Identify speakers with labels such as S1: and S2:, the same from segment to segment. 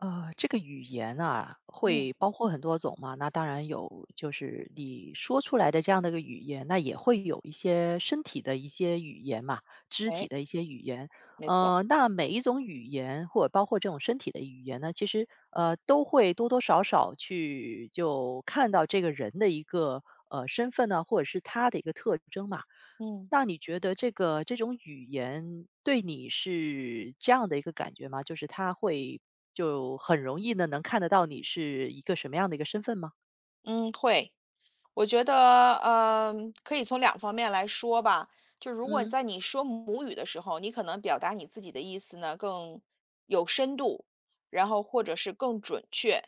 S1: 这个语言啊，
S2: 嗯，
S1: 会包括很多种嘛。那当然有，就是你说出来的这样的一个语言，那也会有一些身体的一些语言嘛，肢体
S2: 哎，
S1: 的一些语言。
S2: 没错。
S1: 那每一种语言，或者包括这种身体的语言呢，其实都会多多少少去就看到这个人的一个身份呢，或者是他的一个特征嘛。
S2: 嗯。
S1: 那你觉得这种语言对你是这样的一个感觉吗？就是他会就很容易呢，能看得到你是一个什么样的一个身份吗？
S2: 嗯，会。我觉得，呃，可以从两方面来说吧。就如果
S1: 嗯，
S2: 在你说母语的时候，你可能表达你自己的意思呢更有深度，然后或者是更准确。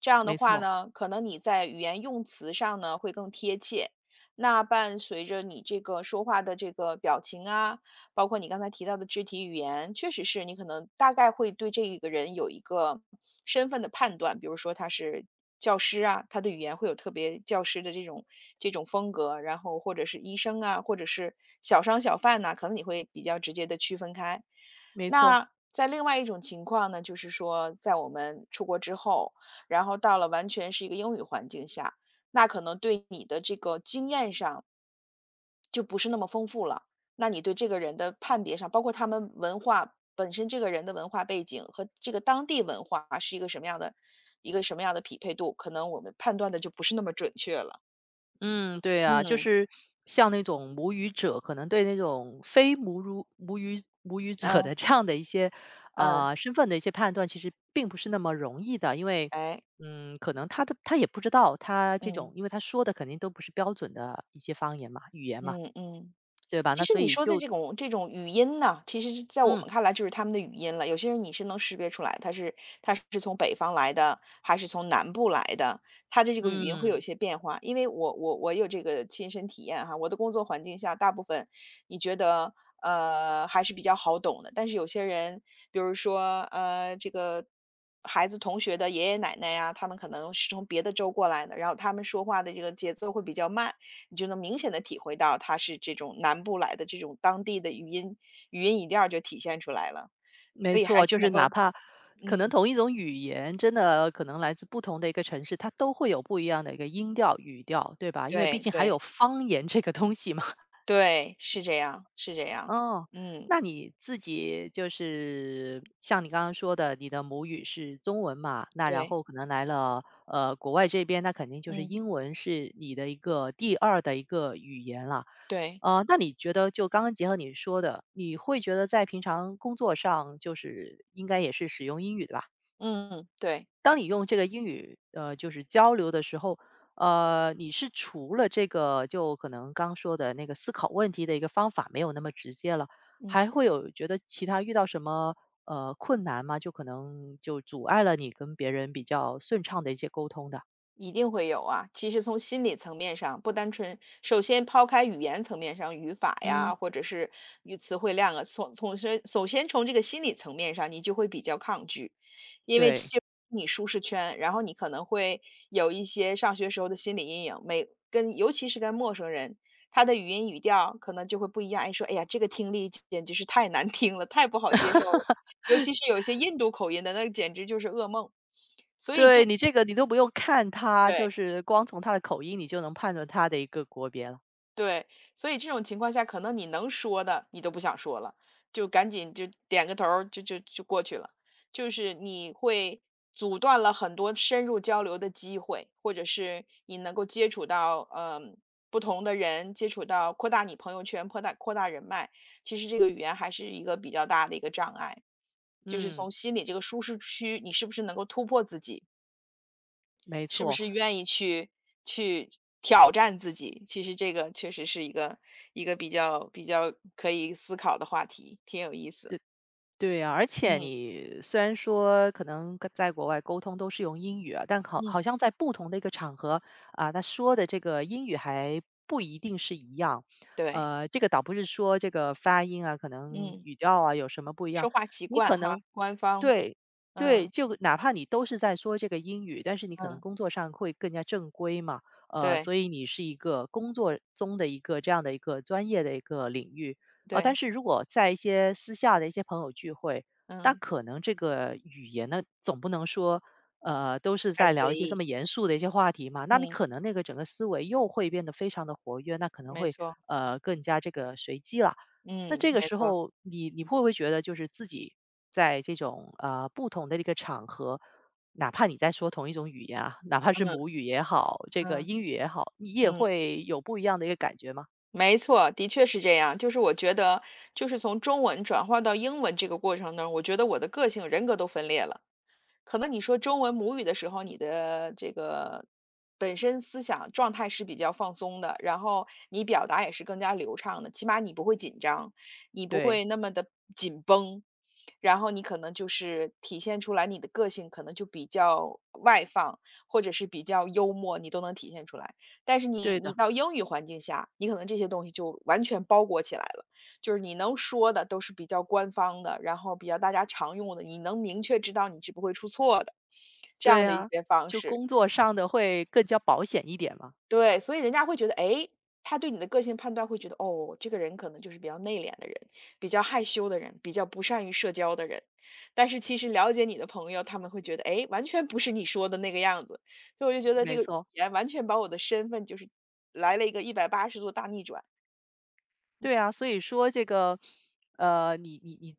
S2: 这样的
S1: 没
S2: 话
S1: 错，
S2: 呢，可能你在语言用词上呢会更贴切。那伴随着你这个说话的这个表情啊，包括你刚才提到的肢体语言，确实是你可能大概会对这一个人有一个身份的判断，比如说他是教师啊，他的语言会有特别教师的这种风格，然后或者是医生啊，或者是小商小贩呐、可能你会比较直接的区分开。
S1: 没错。
S2: 那在另外一种情况呢，就是说，在我们出国之后，然后到了完全是一个英语环境下，那可能对你的这个经验上，就不是那么丰富了。那你对这个人的判别上，包括他们文化本身这个人的文化背景和这个当地文化是一个什么样的匹配度，可能我们判断的就不是那么准确了。
S1: 嗯，对啊，就
S2: 嗯，
S1: 是像那种母语者，可能对那种非母语者
S2: 嗯，
S1: 的这样的一些
S2: 嗯，
S1: 身份的一些判断，其实并不是那么容易的，因为
S2: 哎，
S1: 嗯，可能他也不知道他这种，
S2: 嗯，
S1: 因为他说的肯定都不是标准的一些方言嘛、语言嘛，
S2: 嗯嗯。
S1: 对吧？
S2: 其
S1: 那
S2: 实
S1: 所
S2: 你
S1: 以
S2: 说的
S1: 就
S2: 这种语音呢，其实是在我
S1: 嗯
S2: 们看来就是他们的语音了。有些人你是能识别出来，他是从北方来的，还是从南部来的，他的这个语音会有一
S1: 嗯。
S2: 些变化。因为我有这个亲身体验哈，我的工作环境下，大部分你觉得还是比较好懂的，但是有些人，比如说这个。孩子同学的爷爷奶奶呀、他们可能是从别的州过来的，然后他们说话的这个节奏会比较慢，你就能明显的体会到它是这种南部来的这种当地的语音语调儿就体现出来了。
S1: 没
S2: 所以还
S1: 错，就
S2: 是
S1: 是
S2: 能够。
S1: 哪怕可
S2: 嗯，
S1: 能同一种语言，真的可能来自不同的一个城市，它都会有不一样的一个音调、语调，对吧？因为毕
S2: 对
S1: 竟还
S2: 对
S1: 有方言这个东西嘛。
S2: 对，是这样是这样。
S1: 哦，
S2: 嗯，
S1: 那你自己就是像你刚刚说的，你的母语是中文嘛，那然
S2: 对，
S1: 后可能来了，国外这边，那肯定就是
S2: 嗯，
S1: 英文是你的一个第二的一个语言了。
S2: 对，
S1: 那你觉得就刚刚结合你说的，你会觉得在平常工作上，就是应该也是使用英语的吧？
S2: 嗯，对，
S1: 当你用这个英语，就是交流的时候，你是除了这个就可能刚说的那个思考问题的一个方法没有那么直接了，
S2: 嗯。
S1: 还会有觉得其他遇到什么困难吗？就可能就阻碍了你跟别人比较顺畅的一些沟通的。
S2: 一定会有啊。其实从心理层面上，不单纯，首先抛开语言层面上语法
S1: 嗯，
S2: 呀，或者是语词汇量啊，从从先首先从这个心理层面上，你就会比较抗拒，因为这
S1: 对，
S2: 你舒适圈，然后你可能会有一些上学时候的心理阴影，尤其是跟陌生人。他的语音语调可能就会不一样，哎，说，哎呀，这个听力简直是太难听了，太不好接受了，尤其是有一些印度口音的，那简直就是噩梦。所以就
S1: 对你这个你都不用看他，就
S2: 对，
S1: 是光从他的口音你就能判断他的一个国别了。
S2: 对，所以这种情况下，可能你能说的，你都不想说了，就赶紧就点个头儿，就过去了。就是你会阻断了很多深入交流的机会，或者是你能够接触到不同的人，接触到扩大你朋友圈，扩大人脉。其实这个语言还是一个比较大的一个障碍，就是
S1: 嗯，
S2: 从心里这个舒适区，你是不是能够突破自己？
S1: 没
S2: 是不
S1: 错。
S2: 是愿意去挑战自己？其实这个确实是一个比较可以思考的话题，挺有意思。
S1: 对啊，而且
S2: 嗯
S1: 你虽然说可能跟在国外沟通都是用英语啊，但好好
S2: 嗯，
S1: 像在不同的一个场合啊，他说的这个英语还不一定是一样。
S2: 对，
S1: 这个倒不是说这个发音啊，可能
S2: 嗯，
S1: 语调啊有什么不一样，
S2: 说话习
S1: 你可
S2: 惯哈，
S1: 能
S2: 官方，
S1: 对，对，
S2: 嗯
S1: 就哪怕你都是在说这个英语，但是你可能
S2: 嗯，
S1: 工作上会更加正规嘛，
S2: 对
S1: 所以你是一个工作中的一个这样的一个专业的一个领域，但
S2: 对，
S1: 是如果在一些私下的一些朋友聚会，那
S2: 嗯，
S1: 可能这个语言呢，总不能说，都是
S2: 太
S1: 在聊
S2: 随
S1: 一些这
S2: 意，
S1: 么严肃的一些话题嘛，那你
S2: 嗯，
S1: 可能那个整个思维又会变得非常的活跃，那可能
S2: 没
S1: 会
S2: 错，
S1: 更加这个随机了。那
S2: 嗯，
S1: 这个
S2: 没
S1: 时
S2: 错，
S1: 候，你会不会觉得就是自己在这种不同的一个场合，哪怕你在说同一种语言啊，哪怕是
S2: 嗯
S1: 母语也好，这个
S2: 嗯
S1: 英语也好，你也
S2: 嗯，
S1: 会有不一样的一个感觉吗？
S2: 没错，的确是这样。就是我觉得，就是从中文转化到英文这个过程呢，我觉得我的个性人格都分裂了。可能你说中文母语的时候，你的这个本身思想状态是比较放松的，然后你表达也是更加流畅的，起码你不会紧张，你不
S1: 对，
S2: 会那么的紧绷，然后你可能就是体现出来你的个性可能就比较外放，或者是比较幽默，你都能体现出来。但是你
S1: 对
S2: 你
S1: 的，
S2: 到英语环境下，你可能这些东西就完全包裹起来了。就是你能说的都是比较官方的，然后比较大家常用的，你能明确知道你是不会出错的，这
S1: 对
S2: 样的一
S1: 啊，
S2: 些方
S1: 就
S2: 式。
S1: 工作上的会更加保险一点嘛，
S2: 对，所以人家会觉得，哎，他对你的个性判断会觉得，哦，这个人可能就是比较内敛的人，比较害羞的人，比较不善于社交的人。但是其实了解你的朋友，他们会觉得，哎，完全不是你说的那个样子。所以我就觉得这
S1: 没
S2: 个语
S1: 错。
S2: 言完全把我的身份就是来了一个180度大逆转。
S1: 对啊，所以说这个，你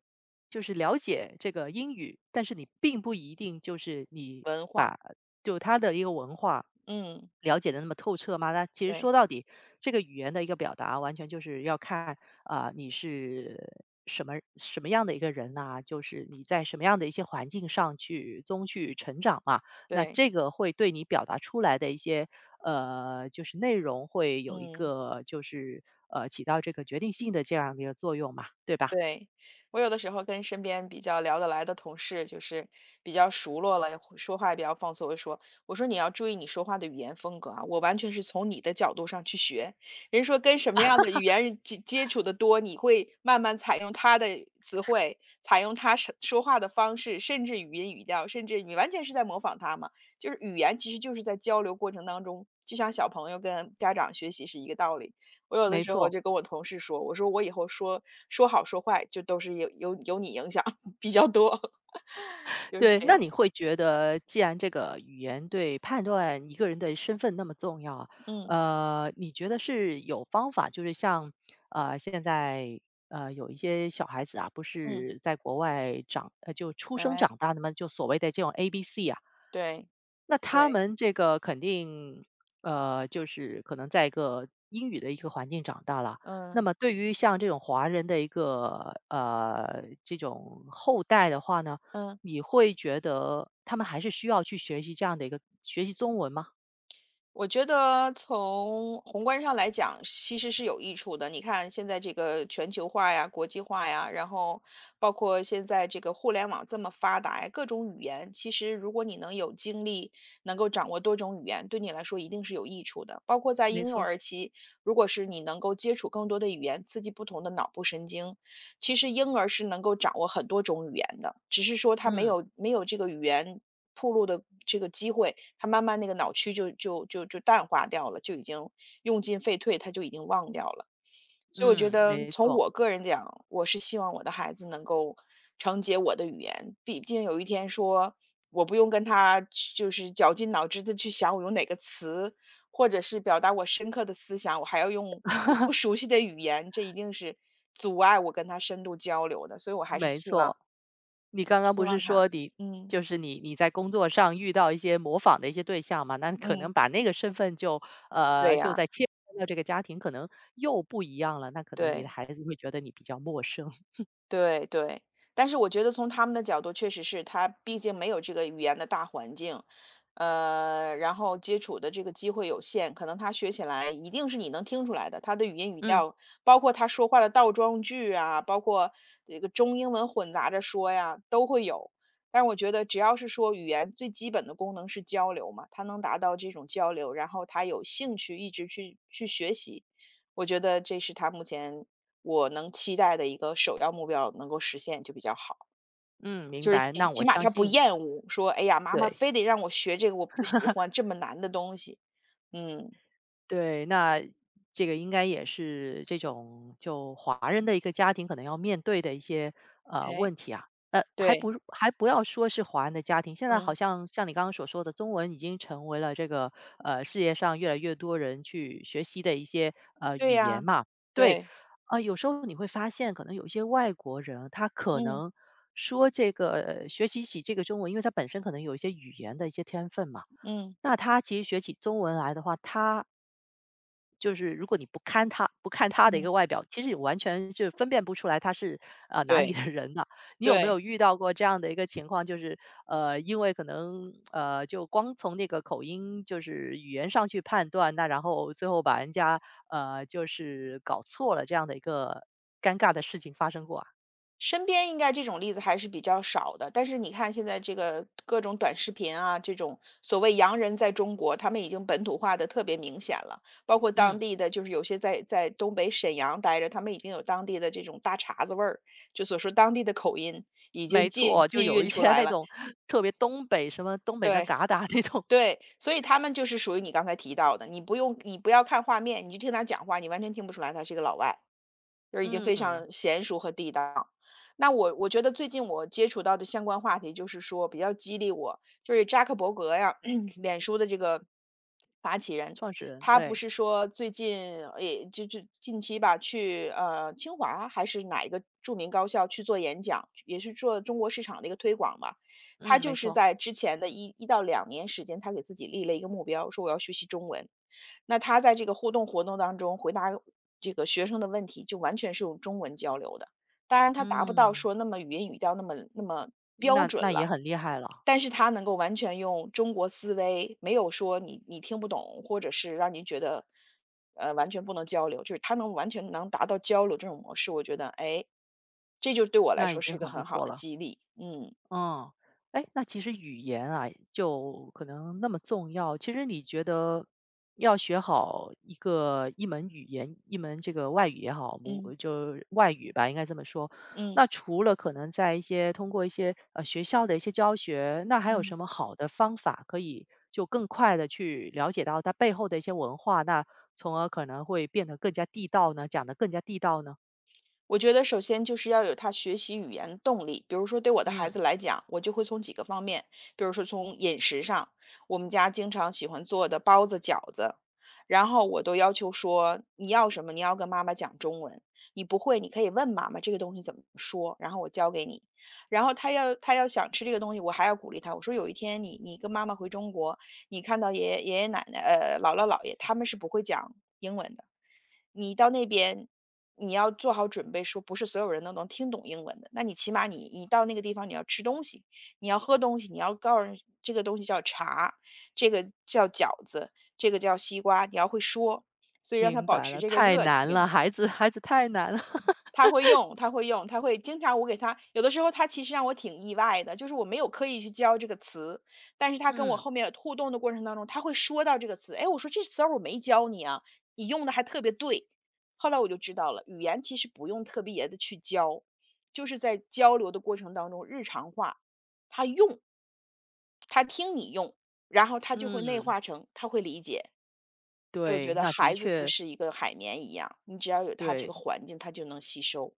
S1: 就是了解这个英语，但是你并不一定就是你
S2: 文化，
S1: 把就它的一个文化
S2: 嗯，
S1: 了解的那么透彻嘛。那其实
S2: 对
S1: 说到底，这个语言的一个表达，完全就是要看啊、你是什么样的一个人呐、就是你在什么样的一些环境上去中去成长嘛。那
S2: 对，
S1: 这个会对你表达出来的一些就是内容会有一
S2: 嗯。
S1: 个就是起到这个决定性的这样的一个作用嘛，对吧？
S2: 对，我有的时候跟身边比较聊得来的同事，就是比较熟络了，说话也比较放松。我就说，我说你要注意你说话的语言风格啊，我完全是从你的角度上去学。人说跟什么样的语言接触的多，你会慢慢采用他的词汇，采用他说话的方式，甚至语音语调，甚至你完全是在模仿他嘛。就是语言其实就是在交流过程当中，就像小朋友跟家长学习是一个道理。我有的
S1: 没
S2: 时候
S1: 错，
S2: 就跟我同事说，我说我以后说说好说坏，就都是有你影响 比较多，就是
S1: 对。
S2: 这
S1: 那
S2: 样。
S1: 你会觉得，既然这个语言对判断一个人的身份那么重要，
S2: 嗯
S1: 你觉得是有方法，就是像现在有一些小孩子啊，不
S2: 嗯，
S1: 是在国外长就出生
S2: 哎，
S1: 长大的嘛，就所谓的这种 ABC 啊。
S2: 对
S1: 那他
S2: 对，
S1: 们这个肯定，就是可能在一个英语的一个环境长大了。那
S2: 嗯
S1: 么对于像这种华人的一个这种后代的话呢，
S2: 嗯。
S1: 你会觉得他们还是需要去学习这样的一个学习中文吗？
S2: 我觉得从宏观上来讲，其实是有益处的。你看现在这个全球化呀、国际化呀，然后包括现在这个互联网这么发达呀，各种语言，其实如果你能有精力，能够掌握多种语言，对你来说一定是有益处的。包括在
S1: 没
S2: 婴幼
S1: 错，
S2: 儿期，如果是你能够接触更多的语言，刺激不同的脑部神经，其实婴儿是能够掌握很多种语言的，只是说他没
S1: 嗯
S2: 有没有这个语言铺路的这个机会，他慢慢那个脑区就淡化掉了，就已经用进废退，他就已经忘掉了。所以我觉
S1: 嗯，
S2: 得
S1: 没
S2: 从
S1: 错
S2: 我个人讲，我是希望我的孩子能够承接我的语言，毕竟有一天说我不用跟他去就是绞尽脑汁的去想我用哪个词，或者是表达我深刻的思想，我还要用我不熟悉的语言，这一定是阻碍我跟他深度交流的。所以我还是
S1: 没
S2: 希
S1: 错。
S2: 望
S1: 你刚刚
S2: 希
S1: 不
S2: 望
S1: 是
S2: 他，
S1: 说你
S2: 嗯
S1: 就是你在工作上遇到一些模仿的一些对象嘛，那可
S2: 嗯，
S1: 能把那个身份就
S2: 对
S1: 就
S2: 呀、
S1: 在切换到这个家庭，可能又不一样了，那可能你的
S2: 对，
S1: 孩子会觉得你比较陌生。
S2: 对对，但是我觉得从他们的角度，确实是他毕竟没有这个语言的大环境，然后接触的这个机会有限，可能他学起来一定是你能听出来的，他的语音语
S1: 嗯，
S2: 调，包括他说话的倒装句啊，包括这个中英文混杂着说呀，都会有。但是我觉得，只要是说语言最基本的功能是交流嘛，他能达到这种交流，然后他有兴趣一直去学习，我觉得这是他目前我能期待的一个首要目标能够实现就比较好。
S1: 嗯，明
S2: 就是
S1: 白，
S2: 起
S1: 那我
S2: 起码
S1: 相
S2: 他不
S1: 信
S2: 厌恶，说：“哎呀，妈妈
S1: 对。
S2: 非得让我学这个我不喜欢，这么难的东西。”嗯，
S1: 对，那这个应该也是这种就华人的一个家庭可能要面对的一些
S2: 哎，
S1: 问题啊，还
S2: 对，
S1: 不还不要说是华人的家庭，现在好
S2: 嗯，
S1: 像像你刚刚所说的，中文已经成为了这个世界上越来越多人去学习的一些
S2: 对
S1: 语言
S2: 呀、
S1: 嘛。对，
S2: 对，
S1: 啊、有时候你会发现，可能有一些外国人他可
S2: 嗯，
S1: 能说这个学习起这个中文，因为他本身可能有一些语言的一些天分嘛。
S2: 嗯，
S1: 那他其实学起中文来的话，他就是如果你不看他的一
S2: 嗯，
S1: 个外表，其实你完全就分辨不出来他是哪里
S2: 对，
S1: 的人的。你有没
S2: 对。
S1: 有遇到过这样的一个情况？就是因为可能就光从那个口音就是语言上去判断，那然后最后把人家就是搞错了这样的一个尴尬的事情发生过啊？
S2: 身边应该这种例子还是比较少的，但是你看现在这个各种短视频啊，这种所谓洋人在中国，他们已经本土化的特别明显了。包括当
S1: 嗯，
S2: 地的，就是有些在东北沈阳待着，他们已经有当地的这种大碴子味儿，就所说当地的口音已
S1: 没
S2: 经寄
S1: 错，就
S2: 寄
S1: 有一
S2: 运出
S1: 些
S2: 来
S1: 那
S2: 了。
S1: 种特别东北什么东北那
S2: 对
S1: 嘎达那种，
S2: 对，所以他们就是属于你刚才提到的，你不要看画面，你就听他讲话，你完全听不出来他是个老外。就 是已经非
S1: 嗯，
S2: 常娴熟和地道。那我觉得最近我接触到的相关话题，就是说比较激励我，就是扎克伯格呀，脸书的这个。
S1: 创始人
S2: 他不
S1: 对，
S2: 是说最近也就近期吧，去清华还是哪一个著名高校去做演讲，也是做中国市场的一个推广嘛。他
S1: 嗯，没
S2: 就是
S1: 错，
S2: 在之前的一到两年时间，他给自己立了一个目标，说我要学习中文。那他在这个互动活动当中回答这个学生的问题，就完全是用中文交流的。当然，他达不到
S1: 嗯。
S2: 说那么语音语调那么标
S1: 那
S2: 准
S1: 那也
S2: 了，
S1: 很厉害了，
S2: 但是他能够完全用中国思维，没有说你听不懂，或者是让您觉得，完全不能交流，就是他能完全能达到交流这种模式，我觉得，哎，这就对我来
S1: 那已
S2: 说
S1: 经
S2: 是一个
S1: 很不
S2: 很好
S1: 错
S2: 的
S1: 了。
S2: 激励。嗯，
S1: 嗯，哎，那其实语言啊，就可能那么重要。其实你觉得要学好一门语言，一门这个外语也好，母
S2: 嗯，
S1: 就是外语吧，应该这么说。
S2: 嗯，
S1: 那除了可能在一些通过一些学校的一些教学，那还有
S2: 嗯。
S1: 什么好的方法可以就更快的去了解到它背后的一些文化，那从而可能会变得更加地道呢？讲得更加地道呢？
S2: 我觉得首先就是要有他学习语言的动力，比如说对我的孩
S1: 嗯。
S2: 子来讲，我就会从几个方面，比如说从饮食上，我们家经常喜欢做的包子、饺子，然后我都要求说你要什么，你要跟妈妈讲中文，你不会你可以问妈妈这个东西怎么说，然后我教给你。然后他要想吃这个东西，我还要鼓励他，我说有一天你跟妈妈回中国，你看到爷爷奶奶姥姥姥爷他们是不会讲英文的。你到那边，你要做好准备，说不是所有人都能听懂英文的。那你起码你到那个地方，你要吃东西，你要喝东西，你要告诉人这个东西叫茶，这个叫饺子，这个叫西瓜，你要会说，所以让他
S1: 明
S2: 保
S1: 白
S2: 持
S1: 了，
S2: 这个
S1: 太
S2: 热
S1: 难
S2: 情。
S1: 了，孩子太难了。
S2: 他会用，他会用，他会经常我给他有的时候他其实让我挺意外的，就是我没有刻意去教这个词，但是他跟我
S1: 嗯，
S2: 后面互动的过程当中，他会说到这个词，哎，我说这词儿我没教你啊，你用的还特别对。后来我就知道了，语言其实不用特别的去教，就是在交流的过程当中日常化，他用，然后他就会内
S1: 嗯，
S2: 化成，他会理解。所以我觉
S1: 对，
S2: 得
S1: 那的
S2: 孩子就
S1: 确
S2: 是一个海绵一样，你只要有他这
S1: 对。
S2: 个环境，他就能吸收。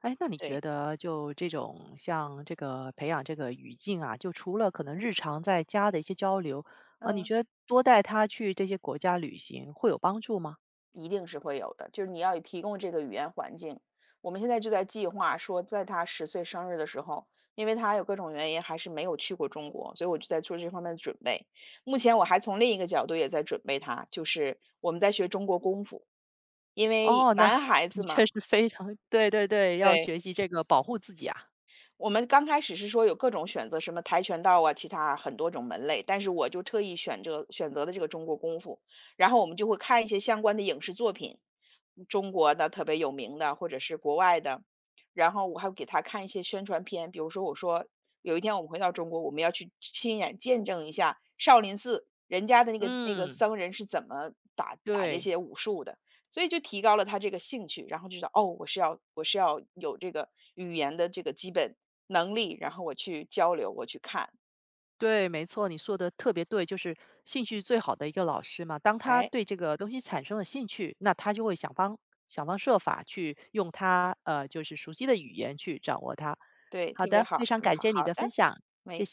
S1: 哎，那你觉
S2: 对，
S1: 得就这种像这个培养这个语境啊，就除了可能日常在家的一些交流，啊，你
S2: 嗯。
S1: 觉得多带他去这些国家旅行会有帮助吗？
S2: 一定是会有的，就是你要提供这个语言环境。我们现在就在计划说，在他10岁生日的时候，因为他有各种原因还是没有去过中国，所以我就在做这方面的准备。目前我还从另一个角度也在准备他，就是我们在学中国功夫。因为
S1: 哦，那
S2: 男 孩
S1: 的
S2: 子嘛，
S1: 确是非常对对对，要
S2: 对。
S1: 学习这个保护自己啊。
S2: 我们刚开始是说有各种选择，什么跆拳道啊，其他很多种门类，但是我就特意选择了这个中国功夫，然后我们就会看一些相关的影视作品，中国的特别有名的，或者是国外的，然后我还给他看一些宣传片，比如说我说有一天我们回到中国，我们要去亲眼见证一下少林寺人家的那个
S1: 嗯，
S2: 僧人是怎么打这
S1: 对。
S2: 些武术的，所以就提高了他这个兴趣，然后就知道哦，我是要有这个语言的这个基本，能力，然后我去交流，我去看。
S1: 对，没错，你说的特别对，就是兴趣最好的一个老师嘛。当他
S2: 哎，
S1: 对这个东西产生了兴趣，那他就会想方设法去用他就是熟悉的语言去掌握它。
S2: 对，
S1: 好
S2: 特别
S1: 的，非
S2: 好，
S1: 常
S2: 特别
S1: 感
S2: 好，
S1: 谢你
S2: 好
S1: 的分
S2: 的，
S1: 享。
S2: 没